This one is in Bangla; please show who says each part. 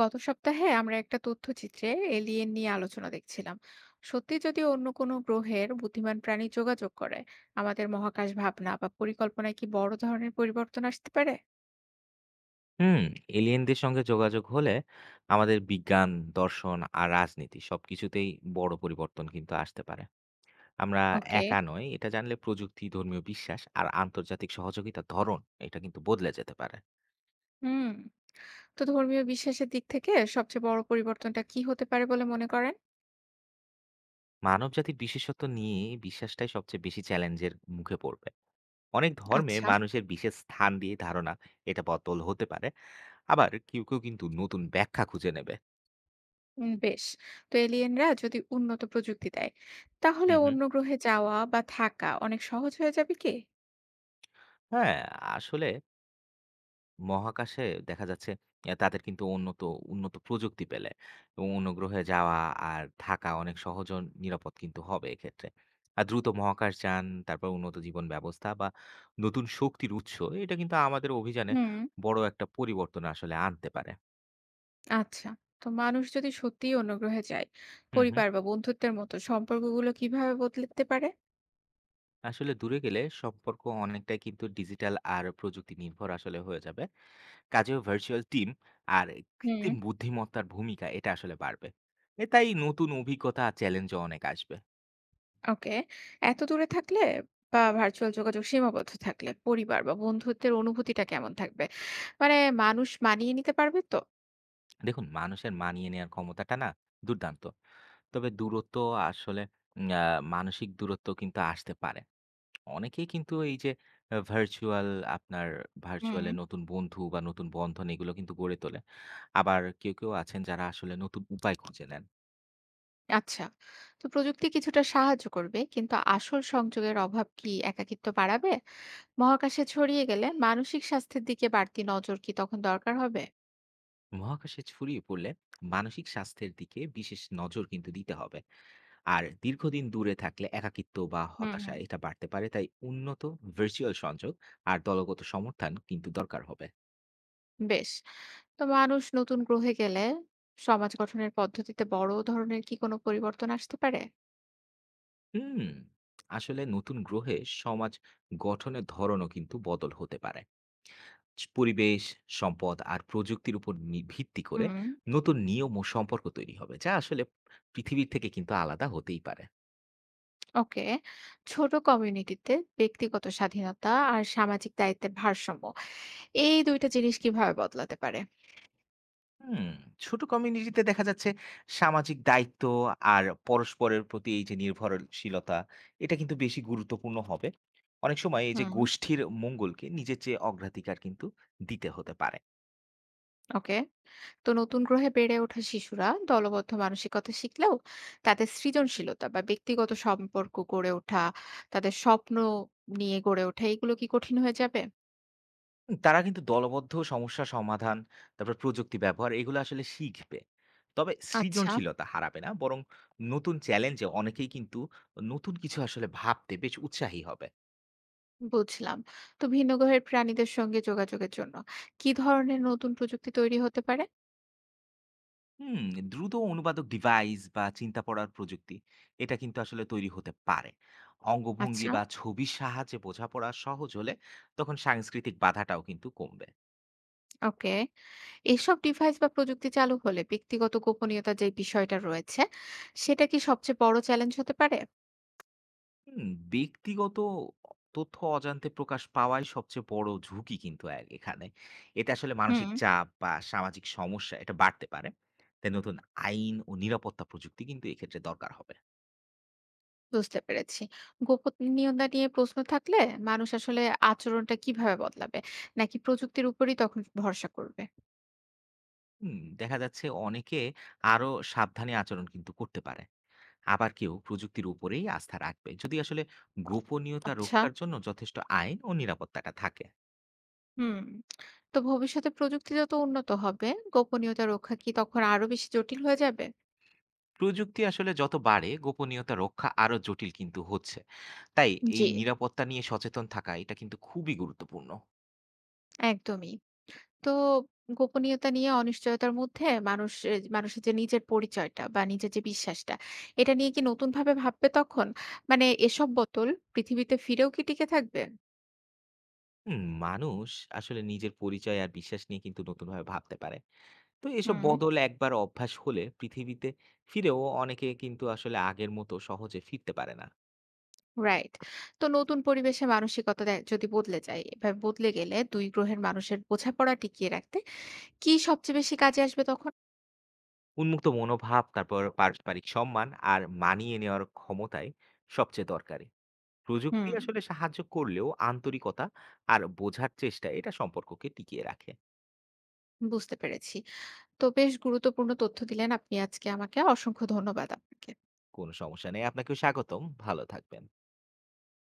Speaker 1: গত সপ্তাহে আমরা একটা তথ্যচিত্রে এলিয়েন নিয়ে আলোচনা দেখছিলাম। সত্যি যদি অন্য কোনো গ্রহের বুদ্ধিমান প্রাণী যোগাযোগ করে, আমাদের মহাকাশ ভাবনা বা পরিকল্পনায় কি বড় ধরনের পরিবর্তন আসতে পারে?
Speaker 2: হুম। এলিয়েনদের সঙ্গে যোগাযোগ হলে আমাদের বিজ্ঞান, দর্শন আর রাজনীতি সবকিছুতেই বড় পরিবর্তন কিন্তু আসতে পারে। আমরা
Speaker 1: ওকে।
Speaker 2: একা নয় এটা জানলে প্রযুক্তি, ধর্মীয় বিশ্বাস আর আন্তর্জাতিক সহযোগিতার ধরন, এটা কিন্তু বদলে যেতে পারে।
Speaker 1: হুম। তো ধর্মীয় বিশ্বাসের দিক থেকে সবচেয়ে বড় পরিবর্তনটা কি হতে পারে বলে মনে করেন?
Speaker 2: মানবজাতির বিশেষত্ব নিয়ে বিশ্বাসটাই সবচেয়ে বেশি চ্যালেঞ্জের মুখে পড়বে। অনেক ধর্মে
Speaker 1: আচ্ছা।
Speaker 2: মানুষের বিশেষ স্থান দিয়ে ধারণা, এটা বদল হতে পারে। আবার কেউ কেউ কিন্তু নতুন ব্যাখ্যা খুঁজে নেবে।
Speaker 1: বেশ। তো এলিয়েনরা যদি উন্নত প্রযুক্তি দেয়, তাহলে
Speaker 2: হুম হুম,
Speaker 1: অন্য গ্রহে যাওয়া বা থাকা অনেক সহজ হয়ে যাবে কি?
Speaker 2: হ্যাঁ। আসলে মহাকাশে দেখা যাচ্ছে তাদের কিন্তু উন্নত উন্নত প্রযুক্তি পেলে এবং অন্য গ্রহে যাওয়া আর থাকা অনেক সহজ ও নিরাপদ কিন্তু হবে এক্ষেত্রে। আর দ্রুত মহাকাশযান, তারপর উন্নত জীবন ব্যবস্থা বা নতুন শক্তির উৎস, এটা কিন্তু আমাদের অভিযানে
Speaker 1: হুম।
Speaker 2: বড় একটা পরিবর্তন আসলে আনতে পারে।
Speaker 1: আচ্ছা। তো মানুষ যদি সত্যিই অন্য গ্রহে যায়,
Speaker 2: হুম, হুম।
Speaker 1: পরিবার বা বন্ধুত্বের মতো সম্পর্কগুলো কিভাবে বদলাতে পারে?
Speaker 2: আসলে দূরে গেলে সম্পর্ক অনেকটাই কিন্তু ডিজিটাল আর প্রযুক্তি নির্ভর আসলে হয়ে যাবে। কাজেও ভার্চুয়াল টিম আর
Speaker 1: হুম।
Speaker 2: কৃত্রিম বুদ্ধিমত্তার ভূমিকা এটা আসলে বাড়বে। তাই নতুন অভিজ্ঞতা আর চ্যালেঞ্জও অনেক আসবে।
Speaker 1: ওকে। এত দূরে থাকলে বা ভার্চুয়াল যোগাযোগ সীমাবদ্ধ থাকলে পরিবার বা বন্ধুত্বের অনুভূতিটা কেমন থাকবে? মানে মানুষ মানিয়ে নিতে পারবে তো?
Speaker 2: দেখুন, মানুষের মানিয়ে নেওয়ার ক্ষমতাটা না দুর্দান্ত। তবে দূরত্ব আসলে উম আ মানসিক দূরত্ব কিন্তু আসতে পারে। অনেকেই কিন্তু এই যে আ ভার্চুয়াল আপনার
Speaker 1: হুম।
Speaker 2: ভার্চুয়াল এ নতুন বন্ধু বা নতুন বন্ধন এগুলো কিন্তু গড়ে তোলে। আবার কেউ আছেন যারা আসলে নতুন উপায় খুঁজে নেন।
Speaker 1: আচ্ছা। তো প্রযুক্তি কিছুটা সাহায্য করবে, কিন্তু আসল সংযোগের অভাব কি একাকিত্ব বাড়াবে? মহাকাশে ছড়িয়ে গেলে মানসিক স্বাস্থ্যের দিকে বাড়তি নজর কি তখন দরকার হবে?
Speaker 2: মহাকাশে ছড়িয়ে পড়লে মানসিক স্বাস্থ্যের দিকে বিশেষ নজর কিন্তু দিতে হবে। আর দীর্ঘদিন দূরে থাকলে একাকিত্ব বা হতাশা
Speaker 1: হুম।
Speaker 2: এটা বাড়তে পারে। তাই উন্নত ভার্চুয়াল সংযোগ আর দলগত সমর্থন কিন্তু দরকার হবে।
Speaker 1: বেশ। তো মানুষ নতুন গ্রহে গেলে সমাজ গঠনের পদ্ধতিতে বড় ধরনের কি কোনো পরিবর্তন আসতে পারে?
Speaker 2: হুম। আসলে নতুন গ্রহে সমাজ গঠনের ধরনও কিন্তু বদল হতে পারে। পরিবেশ, সম্পদ আর প্রযুক্তির উপর ভিত্তি করে
Speaker 1: হুম।
Speaker 2: নতুন নিয়ম ও সম্পর্ক তৈরি হবে, যা আসলে পৃথিবীর থেকে কিন্তু আলাদা হতেই পারে।
Speaker 1: ওকে। ছোট কমিউনিটিতে ব্যক্তিগত স্বাধীনতা আর সামাজিক দায়িত্বের ভারসাম্য, এই ২ টা জিনিস কিভাবে বদলাতে পারে?
Speaker 2: হুম। ছোট কমিউনিটিতে দেখা যাচ্ছে সামাজিক দায়িত্ব আর পরস্পরের প্রতি এই যে নির্ভরশীলতা, এটা কিন্তু বেশি গুরুত্বপূর্ণ হবে। অনেক সময় এই যে
Speaker 1: হুম।
Speaker 2: গোষ্ঠীর মঙ্গলকে নিজের চেয়ে অগ্রাধিকার কিন্তু দিতে হতে পারে।
Speaker 1: ওকে। তো নতুন গ্রহে বেড়ে ওঠা শিশুরা দলবদ্ধ মানসিকতা শিখলেও তাদের সৃজনশীলতা বা ব্যক্তিগত সম্পর্ক গড়ে ওঠা, তাদের স্বপ্ন নিয়ে গড়ে ওঠা এগুলো কি কঠিন হয়ে যাবে?
Speaker 2: তারা কিন্তু দলবদ্ধ সমস্যা সমাধান, তারপর প্রযুক্তি ব্যবহার এগুলো আসলে শিখবে। তবে
Speaker 1: আচ্ছা।
Speaker 2: সৃজনশীলতা হারাবে না, বরং নতুন চ্যালেঞ্জে অনেকেই কিন্তু নতুন কিছু আসলে ভাবতে বেশ উৎসাহী হবে।
Speaker 1: বুঝলাম। তো ভিন্ন গ্রহের প্রাণীদের সঙ্গে যোগাযোগের জন্য কি ধরনের নতুন প্রযুক্তি তৈরি হতে পারে?
Speaker 2: হুম, দ্রুত অনুবাদক ডিভাইস বা চিন্তা পড়ার প্রযুক্তি, এটা কিন্তু আসলে তৈরি হতে পারে। অঙ্গভঙ্গি
Speaker 1: আচ্ছা।
Speaker 2: বা ছবির সাহায্যে বোঝাপড়া সহজ হলে তখন সাংস্কৃতিক বাধাটাও কিন্তু কমবে।
Speaker 1: ওকে। এসব ডিভাইস বা প্রযুক্তি চালু হলে ব্যক্তিগত গোপনীয়তার যে বিষয়টা রয়েছে, সেটা কি সবচেয়ে বড় চ্যালেঞ্জ হতে পারে?
Speaker 2: হুম, ব্যক্তিগত তথ্য অজান্তে প্রকাশ পাওয়াই সবচেয়ে বড় ঝুঁকি কিন্তু এখানে। এতে আসলে মানসিক
Speaker 1: হুম।
Speaker 2: চাপ বা সামাজিক সমস্যা এটা বাড়তে পারে। তাই নতুন আইন ও নিরাপত্তা প্রযুক্তি কিন্তু এক্ষেত্রে দরকার হবে।
Speaker 1: বুঝতে পেরেছি। গোপনীয়তা নিয়ে প্রশ্ন থাকলে মানুষ আসলে আচরণটা কিভাবে বদলাবে? নাকি প্রযুক্তির উপরই তখন ভরসা করবে?
Speaker 2: হুম। দেখা যাচ্ছে অনেকে আরো সাবধানে আচরণ কিন্তু করতে পারে। আবার কেউ প্রযুক্তির উপরেই আস্থা রাখবে, যদি আসলে গোপনীয়তা
Speaker 1: আচ্ছা।
Speaker 2: রক্ষার জন্য যথেষ্ট আইন ও নিরাপত্তাটা থাকে।
Speaker 1: হুম। তো ভবিষ্যতে প্রযুক্তি যত উন্নত হবে, গোপনীয়তা রক্ষা কি তখন আরো বেশি জটিল হয়ে যাবে?
Speaker 2: প্রযুক্তি আসলে যত বাড়ে গোপনীয়তা রক্ষা আরো জটিল কিন্তু হচ্ছে। তাই এই
Speaker 1: জি,
Speaker 2: নিরাপত্তা নিয়ে সচেতন থাকা এটা কিন্তু খুবই গুরুত্বপূর্ণ।
Speaker 1: একদমই। তো গোপনীয়তা নিয়ে অনিশ্চয়তার মধ্যে মানুষের যে নিজের পরিচয়টা বা নিজের যে বিশ্বাসটা, এটা নিয়ে কি নতুনভাবে ভাববে তখন? মানে এসব বোতল পৃথিবীতে ফিরেও কি টিকে থাকবে?
Speaker 2: হুম, মানুষ আসলে নিজের পরিচয় আর বিশ্বাস নিয়ে কিন্তু নতুনভাবে ভাবতে পারে। তো এসব
Speaker 1: হুম।
Speaker 2: বদল একবার অভ্যাস হলে পৃথিবীতে ফিরেও অনেকে কিন্তু আসলে আগের মতো সহজে ফিরতে পারে না।
Speaker 1: রাইট। তো নতুন পরিবেশে মানসিকতা যদি বদলে যায়, এভাবে বদলে গেলে ২ গ্রহের মানুষের বোঝাপড়া টিকিয়ে রাখতে কি সবচেয়ে বেশি কাজে আসবে তখন?
Speaker 2: উন্মুক্ত মনোভাব, তারপর পারস্পরিক সম্মান আর মানিয়ে নেওয়ার ক্ষমতায় সবচেয়ে দরকারি। প্রযুক্তি
Speaker 1: হুম।
Speaker 2: আসলে সাহায্য করলেও আন্তরিকতা আর বোঝার চেষ্টা এটা সম্পর্ককে টিকিয়ে রাখে।
Speaker 1: বুঝতে পেরেছি। তো বেশ গুরুত্বপূর্ণ তথ্য দিলেন আপনি আজকে আমাকে। অসংখ্য ধন্যবাদ আপনাকে।
Speaker 2: কোনো সমস্যা নেই। আপনাকেও স্বাগতম। ভালো থাকবেন।